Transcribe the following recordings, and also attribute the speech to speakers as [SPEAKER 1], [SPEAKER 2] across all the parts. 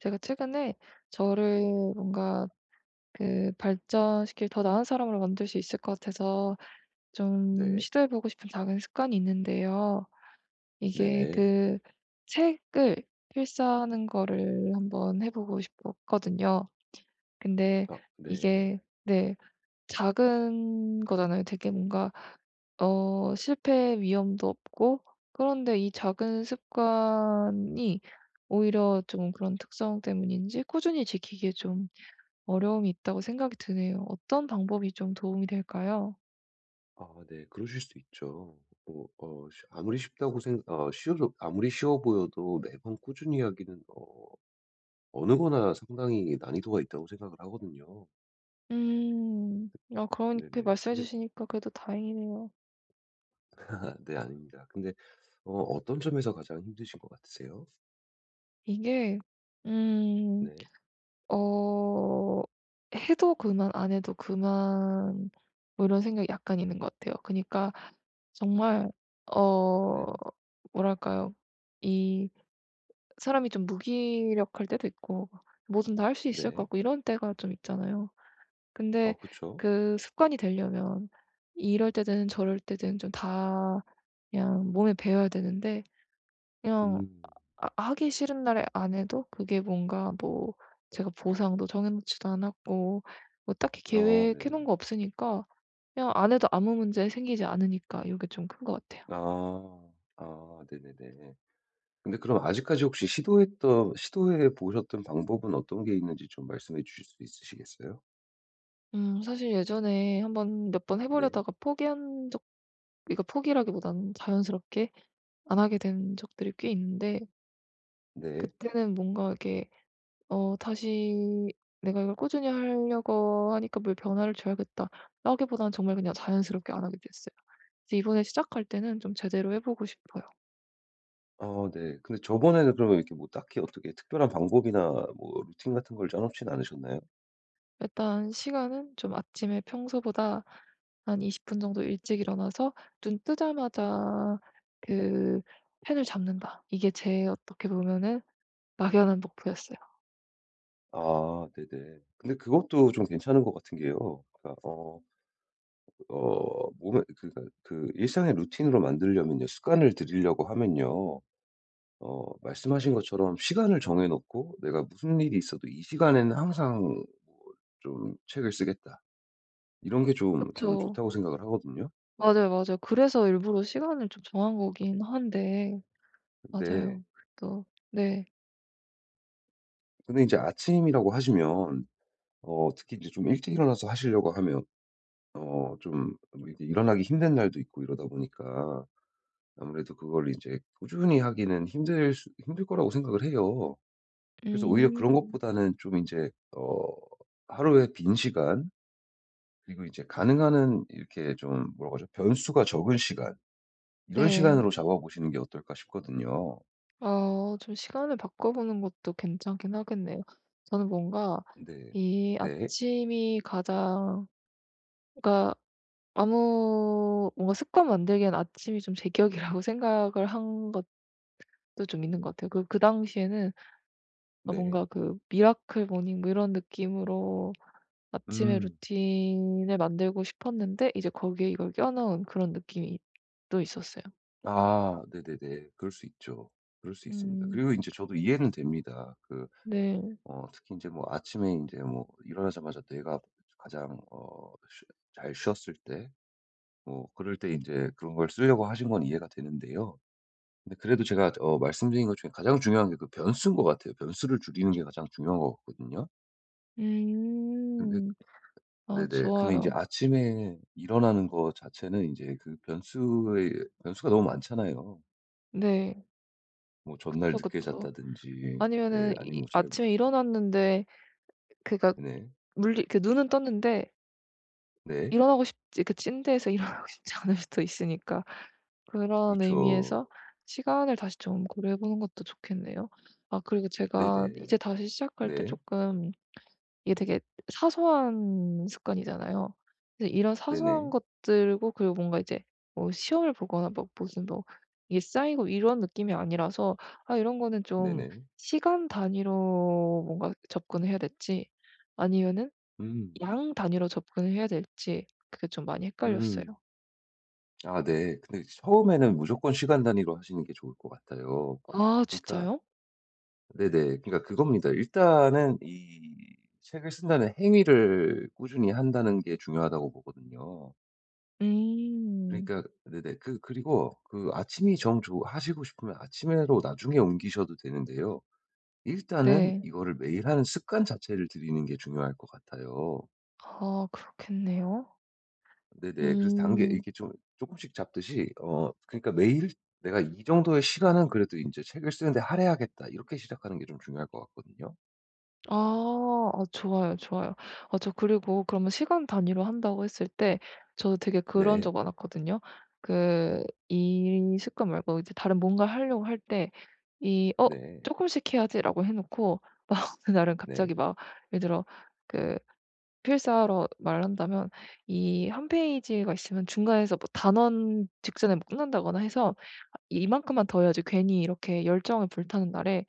[SPEAKER 1] 제가 최근에 저를 뭔가 그 발전시킬 더 나은 사람으로 만들 수 있을 것 같아서 좀
[SPEAKER 2] 네.
[SPEAKER 1] 시도해 보고 싶은 작은 습관이 있는데요. 이게
[SPEAKER 2] 네네.
[SPEAKER 1] 그 책을 필사하는 거를 한번 해 보고 싶었거든요. 근데
[SPEAKER 2] 아 네.
[SPEAKER 1] 이게 네. 작은 거잖아요. 되게 뭔가 실패 위험도 없고 그런데 이 작은 습관이 오히려 좀 그런 특성 때문인지 꾸준히 지키기에 좀 어려움이 있다고 생각이 드네요. 어떤 방법이 좀 도움이 될까요?
[SPEAKER 2] 아 네. 그러실 수 있죠. 뭐 어 쉬 아무리 쉽다고 생 어 쉬워도 아무리 쉬워 보여도 매번 꾸준히 하기는 어느 거나 상당히 난이도가 있다고 생각을 하거든요.
[SPEAKER 1] 음. 아, 그렇게
[SPEAKER 2] 네네.
[SPEAKER 1] 말씀해
[SPEAKER 2] 근데
[SPEAKER 1] 주시니까 그래도 다행이네요.
[SPEAKER 2] 네 아닙니다. 근데 어떤 점에서 가장 힘드신 것 같으세요?
[SPEAKER 1] 이게 음
[SPEAKER 2] 네.
[SPEAKER 1] 어 해도 그만 안 해도 그만 뭐 이런 생각이 약간 있는 것 같아요. 그니까 러 정말
[SPEAKER 2] 네.
[SPEAKER 1] 어 뭐랄까요? 이 사람이 좀 무기력할 때도 있고 뭐든 다 할 수 있을 것
[SPEAKER 2] 네.
[SPEAKER 1] 같고 이런 때가 좀 있잖아요.
[SPEAKER 2] 아
[SPEAKER 1] 근데
[SPEAKER 2] 그쵸.
[SPEAKER 1] 그 습관이 되려면 이럴 때든 저럴 때든 좀 다 그냥 몸에 배어야 되는데, 그냥
[SPEAKER 2] 음.
[SPEAKER 1] 아 하기 싫은 날에 안 해도 그게 뭔가 뭐 제가 보상도 정해 놓지도 않았고 뭐 딱히
[SPEAKER 2] 아
[SPEAKER 1] 계획해
[SPEAKER 2] 네네.
[SPEAKER 1] 놓은 거 없으니까 그냥 안 해도 아무 문제 생기지 않으니까 이게 좀 큰 것 같아요.
[SPEAKER 2] 아. 아 네네네. 근데 그럼 아직까지 혹시 시도했던 시도해 보셨던 방법은 어떤 게 있는지 좀 말씀해 주실 수 있으시겠어요?
[SPEAKER 1] 사실 예전에 한번 몇 번 해
[SPEAKER 2] 네.
[SPEAKER 1] 보려다가 포기한 적, 이거 포기라기보다는 자연스럽게 안 하게 된 적들이 꽤 있는데,
[SPEAKER 2] 네.
[SPEAKER 1] 그때는 뭔가 이렇게 다시 내가 이걸 꾸준히 하려고 하니까 뭘 변화를 줘야겠다 라기보다는 정말 그냥 자연스럽게 안 하게 됐어요. 그래서 이번에 시작할 때는 좀 제대로 해 보고 싶어요.
[SPEAKER 2] 네. 근데 저번에는 그러면 이렇게 뭐 딱히 어떻게 특별한 방법이나 뭐 루틴 같은 걸 짜 놓진 않으셨나요?
[SPEAKER 1] 일단 시간은 좀 아침에 평소보다 한 20분 정도 일찍 일어나서 눈 뜨자마자 그 '펜을 잡는다.' 이게 제 어떻게 보면은 막연한 목표였어요.
[SPEAKER 2] 아 네네. 근데 그것도 좀 괜찮은 것 같은 게요. 그러니까 몸에 그러니까 그 일상의 루틴으로 만들려면요, 습관을 들이려고 하면요 말씀하신 것처럼 시간을 정해 놓고 '내가 무슨 일이 있어도 이 시간에는 항상 뭐좀 책을 쓰겠다.' 이런 게
[SPEAKER 1] 그
[SPEAKER 2] 좀 저는
[SPEAKER 1] 그쵸.
[SPEAKER 2] 좋다고 생각을 하거든요.
[SPEAKER 1] 맞아요, 맞아요. 그래서 일부러 시간을 좀 정한 거긴 한데,
[SPEAKER 2] 근데
[SPEAKER 1] 맞아요. 또 네.
[SPEAKER 2] 이제 아침이라고 하시면 특히 이제 좀 일찍 일어나서 하시려고 하면 좀이 일어나기 힘든 날도 있고 이러다 보니까 아무래도 그걸 이제 꾸준히 하기는 힘들 거라고 생각을 해요. 그래서 오히려 그런
[SPEAKER 1] 음.
[SPEAKER 2] 것보다는 좀 이제 어 하루의 빈 시간, 그리고 이제 가능한 한 이렇게 좀 뭐라고 하죠? 변수가 적은 시간, 이런
[SPEAKER 1] 네.
[SPEAKER 2] 시간으로 잡아보시는 게 어떨까 싶거든요.
[SPEAKER 1] 좀 시간을 바꿔보는 것도 괜찮긴 하겠네요. 저는 뭔가
[SPEAKER 2] 네.
[SPEAKER 1] 이
[SPEAKER 2] 네.
[SPEAKER 1] 아침이 가장, 그러니까 아무 뭔가 습관 만들기엔 아침이 좀 제격이라고 생각을 한 것도 좀 있는 것 같아요. 그 당시에는 아
[SPEAKER 2] 네.
[SPEAKER 1] 뭔가 그 미라클 모닝 뭐 이런 느낌으로 아침의
[SPEAKER 2] 음.
[SPEAKER 1] 루틴을 만들고 싶었는데 이제 거기에 이걸 껴넣은 그런 느낌이 또 있었어요.
[SPEAKER 2] 아 네네네. 그럴 수 있죠. 그럴 수 있습니다.
[SPEAKER 1] 음.
[SPEAKER 2] 그리고 이제 저도 이해는 됩니다.
[SPEAKER 1] 네.
[SPEAKER 2] 특히 이제 뭐 아침에 이제 뭐 일어나자마자 뇌가 가장 어 쉬 잘 쉬었을 때, 뭐 그럴 때 이제 그런 걸 쓰려고 하신 건 이해가 되는데요. 근데 그래도 제가 말씀드린 것 중에 가장 중요한 게 그 변수인 것 같아요. 변수를 줄이는 게 가장 중요한 것 같거든요. 근데
[SPEAKER 1] 음. 아,
[SPEAKER 2] 네네. 근데 이제
[SPEAKER 1] 좋아요.
[SPEAKER 2] 아침에 일어나는 거 자체는 인제 그 변수의 변수가 너무 많잖아요.
[SPEAKER 1] 네.
[SPEAKER 2] 뭐 전날
[SPEAKER 1] 그쵸,
[SPEAKER 2] 늦게
[SPEAKER 1] 그쵸.
[SPEAKER 2] 잤다든지, 예
[SPEAKER 1] 아니면은
[SPEAKER 2] 아니면
[SPEAKER 1] 이
[SPEAKER 2] 뭐 잘,
[SPEAKER 1] 아침에 일어났는데, 그니까
[SPEAKER 2] 네네.
[SPEAKER 1] 물리 그 눈은 떴는데
[SPEAKER 2] 네.
[SPEAKER 1] 일어나고 싶지 그 침대에서 일어나고 싶지 않을 수도 있으니까,
[SPEAKER 2] 그
[SPEAKER 1] 그런
[SPEAKER 2] 렇
[SPEAKER 1] 의미에서 시간을 다시 좀 고려해 보는 것도 좋겠네요. 아 그리고 제가
[SPEAKER 2] 네네.
[SPEAKER 1] 이제 다시 시작할 때
[SPEAKER 2] 네.
[SPEAKER 1] 조금, 이게 되게 사소한 습관이잖아요. 그래서 이런 사소한
[SPEAKER 2] 네네.
[SPEAKER 1] 것들고 그리고 뭔가 이제 뭐 시험을 보거나 뭐 무슨 뭐 이게 쌓이고 이런 느낌이 아니라서 아 이런 거는 좀
[SPEAKER 2] 네네.
[SPEAKER 1] 시간 단위로 뭔가 접근을 해야 될지 아니면은
[SPEAKER 2] 음.
[SPEAKER 1] 양 단위로 접근을 해야 될지 그게 좀 많이 헷갈렸어요.
[SPEAKER 2] 음. 아 네. 근데 처음에는 무조건 시간 단위로 하시는 게 좋을 것 같아요.
[SPEAKER 1] 아,
[SPEAKER 2] 그러니까
[SPEAKER 1] 진짜요?
[SPEAKER 2] 네네. 그러니까 그겁니다. 일단은 이 책을 쓴다는 행위를 꾸준히 한다는 게 중요하다고 보거든요.
[SPEAKER 1] 음.
[SPEAKER 2] 그러니까 네네. 그리고 그 아침이 정 좋 하시고 싶으면 아침으로 나중에 옮기셔도 되는데요. 일단은
[SPEAKER 1] 네.
[SPEAKER 2] 이거를 매일 하는 습관 자체를 들이는 게 중요할 것 같아요.
[SPEAKER 1] 아, 그렇겠네요.
[SPEAKER 2] 네네. 그래서 단계
[SPEAKER 1] 음.
[SPEAKER 2] 이렇게 좀 조금씩 잡듯이 그러니까 매일 '내가 이 정도의 시간은 그래도 인제 책을 쓰는데 할애하겠다.' 이렇게 시작하는 게 좀 중요할 것 같거든요.
[SPEAKER 1] 아. 아, 좋아요, 좋아요. 아 저 그리고 그러면 시간 단위로 한다고 했을 때 저도 되게 그런
[SPEAKER 2] 네.
[SPEAKER 1] 적 많았거든요. 그 이 습관 말고 이제 다른 뭔가 하려고 할 때 이 '어
[SPEAKER 2] 네.
[SPEAKER 1] 조금씩 해야지.'라고 해 놓고 막 어느 날은
[SPEAKER 2] 네.
[SPEAKER 1] 갑자기 막 예를 들어 그 필사로 말한다면 이 한 페이지가 있으면 중간에서 뭐 단원 직전에 뭐 끝난다거나 해서 아, '이만큼만 더 해야지.' 괜히 이렇게 열정을 불타는 날에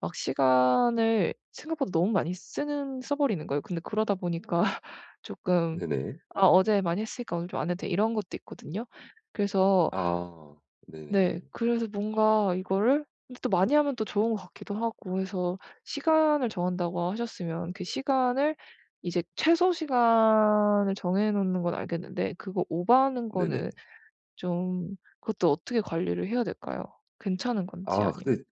[SPEAKER 1] 막 시간을 생각보다 너무 많이 쓰는 써 버리는 거예요. 근데 그러다 보니까 조금
[SPEAKER 2] 네네.
[SPEAKER 1] '아 어제 많이 했으니까 오늘 좀 안 해도 돼.' 이런 것도 있거든요. 그래서,
[SPEAKER 2] 아.
[SPEAKER 1] 네.
[SPEAKER 2] 네네.
[SPEAKER 1] 그래서 뭔가 이거를 근데 또 많이 하면 또 좋은 것 같기도 하고 해서 시간을 정한다고 하셨으면 그 시간을, 이제 최소 시간을 정해 놓는 건 알겠는데 그거 오버하는 거는
[SPEAKER 2] 네네.
[SPEAKER 1] 좀, 그것도 어떻게 관리를 해야 될까요? 괜찮은 건지
[SPEAKER 2] 아
[SPEAKER 1] 아니면.
[SPEAKER 2] 근데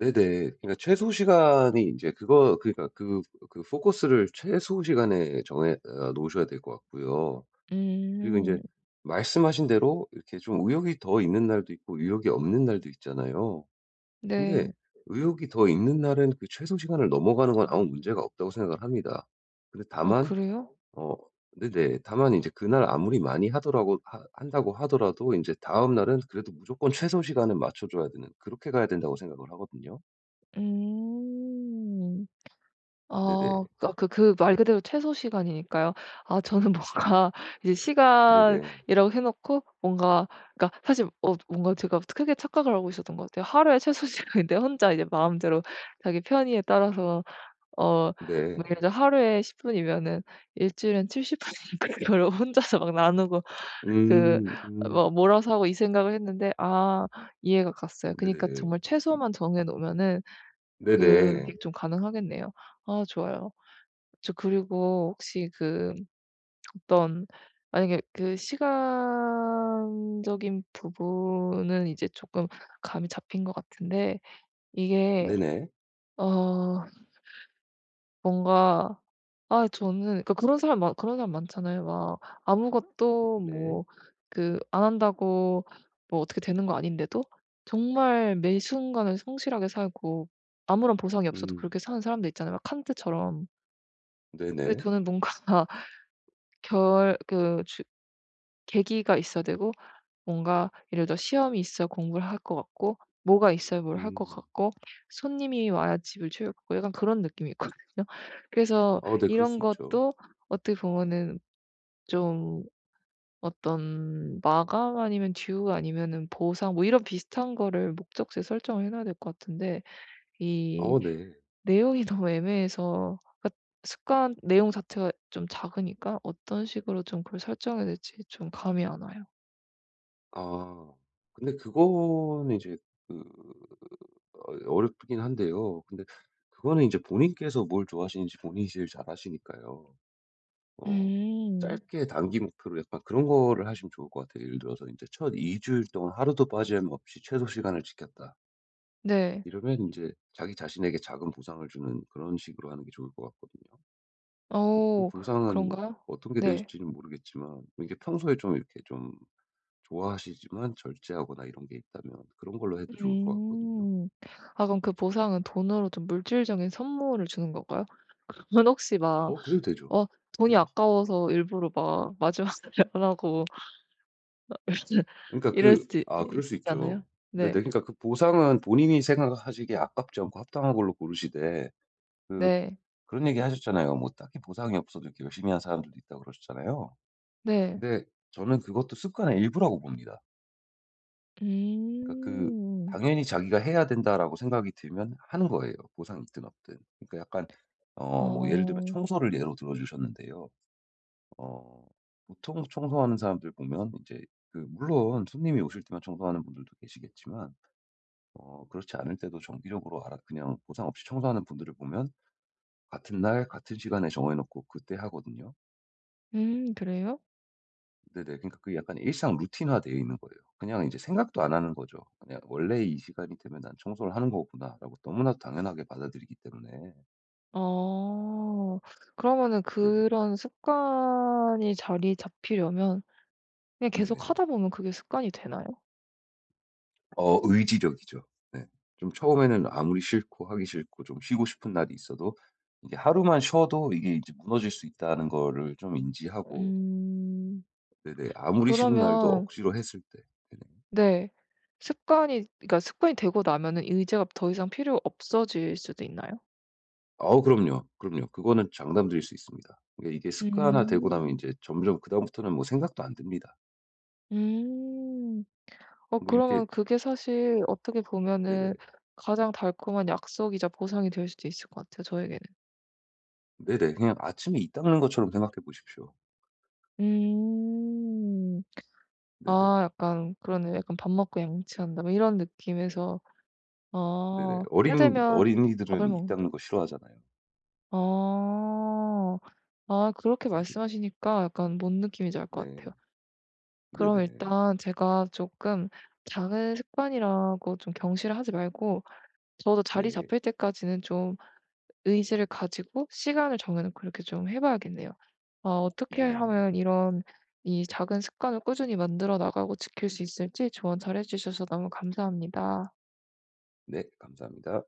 [SPEAKER 2] 네네. 그러니까 최소 시간이 이제 그거 그러니까 그 그 포커스를 최소 시간에 정해 놓으셔야 될 것 같고요. 그리고 이제
[SPEAKER 1] 음.
[SPEAKER 2] 말씀하신 대로 이렇게 좀 의욕이 더 있는 날도 있고 의욕이 없는 날도 있잖아요. 근데
[SPEAKER 1] 네.
[SPEAKER 2] 의욕이 더 있는 날은 그 최소 시간을 넘어가는 건 아무 문제가 없다고 생각을 합니다. 근데
[SPEAKER 1] 아,
[SPEAKER 2] 다만
[SPEAKER 1] 그래요?
[SPEAKER 2] 어 네네. 다만 이제 그날 아무리 많이 하더라고 하 한다고 하더라도 이제 다음 날은 그래도 무조건 최소 시간을 맞춰 줘야 되는, 그렇게 가야 된다고 생각을 하거든요.
[SPEAKER 1] 음.
[SPEAKER 2] 네네.
[SPEAKER 1] 그 말 그대로 최소 시간이니까요. 아 저는 뭔가 이제
[SPEAKER 2] 네네.
[SPEAKER 1] 시간이라고 해 놓고 뭔가 그러니까 사실 뭔가 제가 크게 착각을 하고 있었던 것 같아요. 하루에 최소 시간인데 혼자 이제 마음대로 자기 편의에 따라서 어
[SPEAKER 2] 네.
[SPEAKER 1] 뭐 예를 들어 하루에 10 분이면은 일주일엔 70 분이니까 그걸 혼자서 막 나누고 그
[SPEAKER 2] 음. 음.
[SPEAKER 1] 뭐 몰아서 하고 이 생각을 했는데 아, 이해가 갔어요. 그니까
[SPEAKER 2] 네네.
[SPEAKER 1] 정말 최소만 정해 놓으면은
[SPEAKER 2] 네네.
[SPEAKER 1] 그게 좀 가능하겠네요. 아, 좋아요. 저 그리고 혹시 그 어떤, 만약에 그 시간적인 부분은 이제 조금 감이 잡힌 것 같은데 이게
[SPEAKER 2] 네네.
[SPEAKER 1] 어 뭔가, 아 저는 그러니까 그런 사람 많잖아요. 막 아무것도
[SPEAKER 2] 네.
[SPEAKER 1] 뭐 그 안 한다고 뭐 어떻게 되는 거 아닌데도 정말 매 순간을 성실하게 살고 아무런 보상이 없어도
[SPEAKER 2] 음.
[SPEAKER 1] 그렇게 사는 사람들 있잖아요. 막 칸트처럼. 그
[SPEAKER 2] 네네.
[SPEAKER 1] 저는 뭔가 결 그 주 계기가 있어야 되고 뭔가 예를 들어 시험이 있어야 공부를 할 것 같고 뭐가 있어야 뭘 할 것
[SPEAKER 2] 음.
[SPEAKER 1] 같고 손님이 와야 집을 채울 거고 약간 그런 느낌이 있거든요. 그래서
[SPEAKER 2] 네. 그럴
[SPEAKER 1] 이런
[SPEAKER 2] 수 있죠.
[SPEAKER 1] 것도 어떻게 보면은 좀 어떤 마감 아니면 듀 아니면은 보상 뭐 이런 비슷한 거를 목적지에 설정을 해 놔야 될 것 같은데 이
[SPEAKER 2] 네.
[SPEAKER 1] 내용이 너무 애매해서, 그러니까 습관 내용 자체가 좀 작으니까 어떤 식으로 좀 그걸 설정해야 될지 좀 감이 안 와요.
[SPEAKER 2] 아. 근데 그거는 이제 그 어렵긴 한데요. 근데 그거는 이제 본인께서 뭘 좋아하시는지 본인이 제일 잘 아시니까요. 어
[SPEAKER 1] 음.
[SPEAKER 2] 짧게 단기 목표로 약간 그런 거를 하시면 좋을 것 같아요. 예를 들어서 인제 첫 2주일 주일 동안 하루도 빠짐없이 최소 시간을 지켰다,
[SPEAKER 1] 네.
[SPEAKER 2] 이러면 이제 자기 자신에게 작은 보상을 주는 그런 식으로 하는 게 좋을 것 같거든요. 뭐그
[SPEAKER 1] 어
[SPEAKER 2] 보상은 뭐
[SPEAKER 1] 그런가요?
[SPEAKER 2] 어떤 게
[SPEAKER 1] 네.
[SPEAKER 2] 될지는 모르겠지만 이게 평소에 좀 이렇게 좀 좋아하시지만 절제하거나 이런 게 있다면 그런 걸로 해도 좋을 것 같거든요.
[SPEAKER 1] 음. 아 그럼 그 보상은 돈으로 좀 물질적인 선물을 주는 건가요? 그러면 혹시 막
[SPEAKER 2] 그래도 되죠.
[SPEAKER 1] 어 돈이
[SPEAKER 2] 네.
[SPEAKER 1] 아까워서 일부러 막 마지막에 안 하고 이럴
[SPEAKER 2] 그러니까
[SPEAKER 1] 이럴 수도 있
[SPEAKER 2] 그럴 수 있죠.
[SPEAKER 1] 있잖아요.
[SPEAKER 2] 네네.
[SPEAKER 1] 네.
[SPEAKER 2] 그러니까 그 보상은 본인이 생각하시기에 아깝지 않고 합당한 걸로 고르시되, 그
[SPEAKER 1] 네.
[SPEAKER 2] 그런 얘기 하셨잖아요. 뭐 "딱히 보상이 없어도 이렇게 열심히 한 사람들도 있다."고 그러셨잖아요.
[SPEAKER 1] 네.
[SPEAKER 2] 근데 저는 그것도 습관의 일부라고 봅니다. 그러니까 그
[SPEAKER 1] 음.
[SPEAKER 2] 당연히 '자기가 해야 된다.'라고 생각이 들면 하는 거예요, 보상이 있든 없든. 그러니까 약간 뭐 예를 들면
[SPEAKER 1] 어.
[SPEAKER 2] 청소를 예로 들어 주셨는데요. 어 보통 청소하는 사람들 보면 이제 그 물론 손님이 오실 때만 청소하는 분들도 계시겠지만 그렇지 않을 때도 정기적으로 알아 그냥 보상 없이 청소하는 분들을 보면 같은 날 같은 시간에 정해 놓고 그때 하거든요.
[SPEAKER 1] 음, 그래요?
[SPEAKER 2] 네네. 그러니까 그게 약간 일상 루틴화되어 있는 거예요. 그냥 이제 생각도 안 하는 거죠. 그냥 '원래 이 시간이 되면 난 청소를 하는 거구나.'라고 너무나도 당연하게 받아들이기 때문에.
[SPEAKER 1] 어. 그러면은
[SPEAKER 2] 네네.
[SPEAKER 1] 그런 습관이 자리 잡히려면 그냥 계속
[SPEAKER 2] 네네.
[SPEAKER 1] 하다 보면 그게 습관이 되나요?
[SPEAKER 2] 의지력이죠. 네. 좀 처음에는 아무리 싫고 하기 싫고 좀 쉬고 싶은 날이 있어도 이게 하루만 쉬어도 이게 이제 무너질 수 있다는 거를 좀 인지하고,
[SPEAKER 1] 음.
[SPEAKER 2] 네네, 아무리 싫은 날도
[SPEAKER 1] 그러면,
[SPEAKER 2] 억지로 했을 때. 네네.
[SPEAKER 1] 네. 습관이 되고 나면은 의지가 더 이상 필요 없어질 수도 있나요?
[SPEAKER 2] 아우, 그럼요. 그럼요. 그거는 장담드릴 수 있습니다. 그러니까 이게 습관화되고 나면 이
[SPEAKER 1] 음.
[SPEAKER 2] 제 점점 그다음부터는 뭐 생각도 안 듭니다.
[SPEAKER 1] 음.
[SPEAKER 2] 뭐 이렇게
[SPEAKER 1] 그러면 그게 사실 어떻게
[SPEAKER 2] 네네.
[SPEAKER 1] 보면은 가장 달콤한 약속이자 보상이 될 수도 있을 것 같아요, 저에게는.
[SPEAKER 2] 네네. 그냥 아침에 이 닦는 것처럼 생각해 보십시오.
[SPEAKER 1] 음.
[SPEAKER 2] 네네.
[SPEAKER 1] 아 약간 그러네, 약간 밥 먹고 양치한다 뭐 이런 느낌에서
[SPEAKER 2] 네네.
[SPEAKER 1] 아 때 되면 밥을
[SPEAKER 2] 어린이들은 이
[SPEAKER 1] 먹는다.
[SPEAKER 2] 닦는 거 싫어하잖아요.
[SPEAKER 1] 아. 아, 그렇게
[SPEAKER 2] 네네.
[SPEAKER 1] 말씀하시니까 약간 뭔 느낌인지 알 것
[SPEAKER 2] 네.
[SPEAKER 1] 같아요. 그럼
[SPEAKER 2] 네네.
[SPEAKER 1] 일단 제가 조금, 작은 습관이라고 좀 경시를 하지 말고 저도 자리
[SPEAKER 2] 네.
[SPEAKER 1] 잡힐 때까지는 좀 의지를 가지고 시간을 정해 놓고 이렇게 좀 해 봐야겠네요. 아 어떻게
[SPEAKER 2] 네네.
[SPEAKER 1] 하면 이런 이 작은 습관을 꾸준히 만들어 나가고 지킬 수 있을지 조언 잘해 주셔서 너무 감사합니다.
[SPEAKER 2] 네. 감사합니다.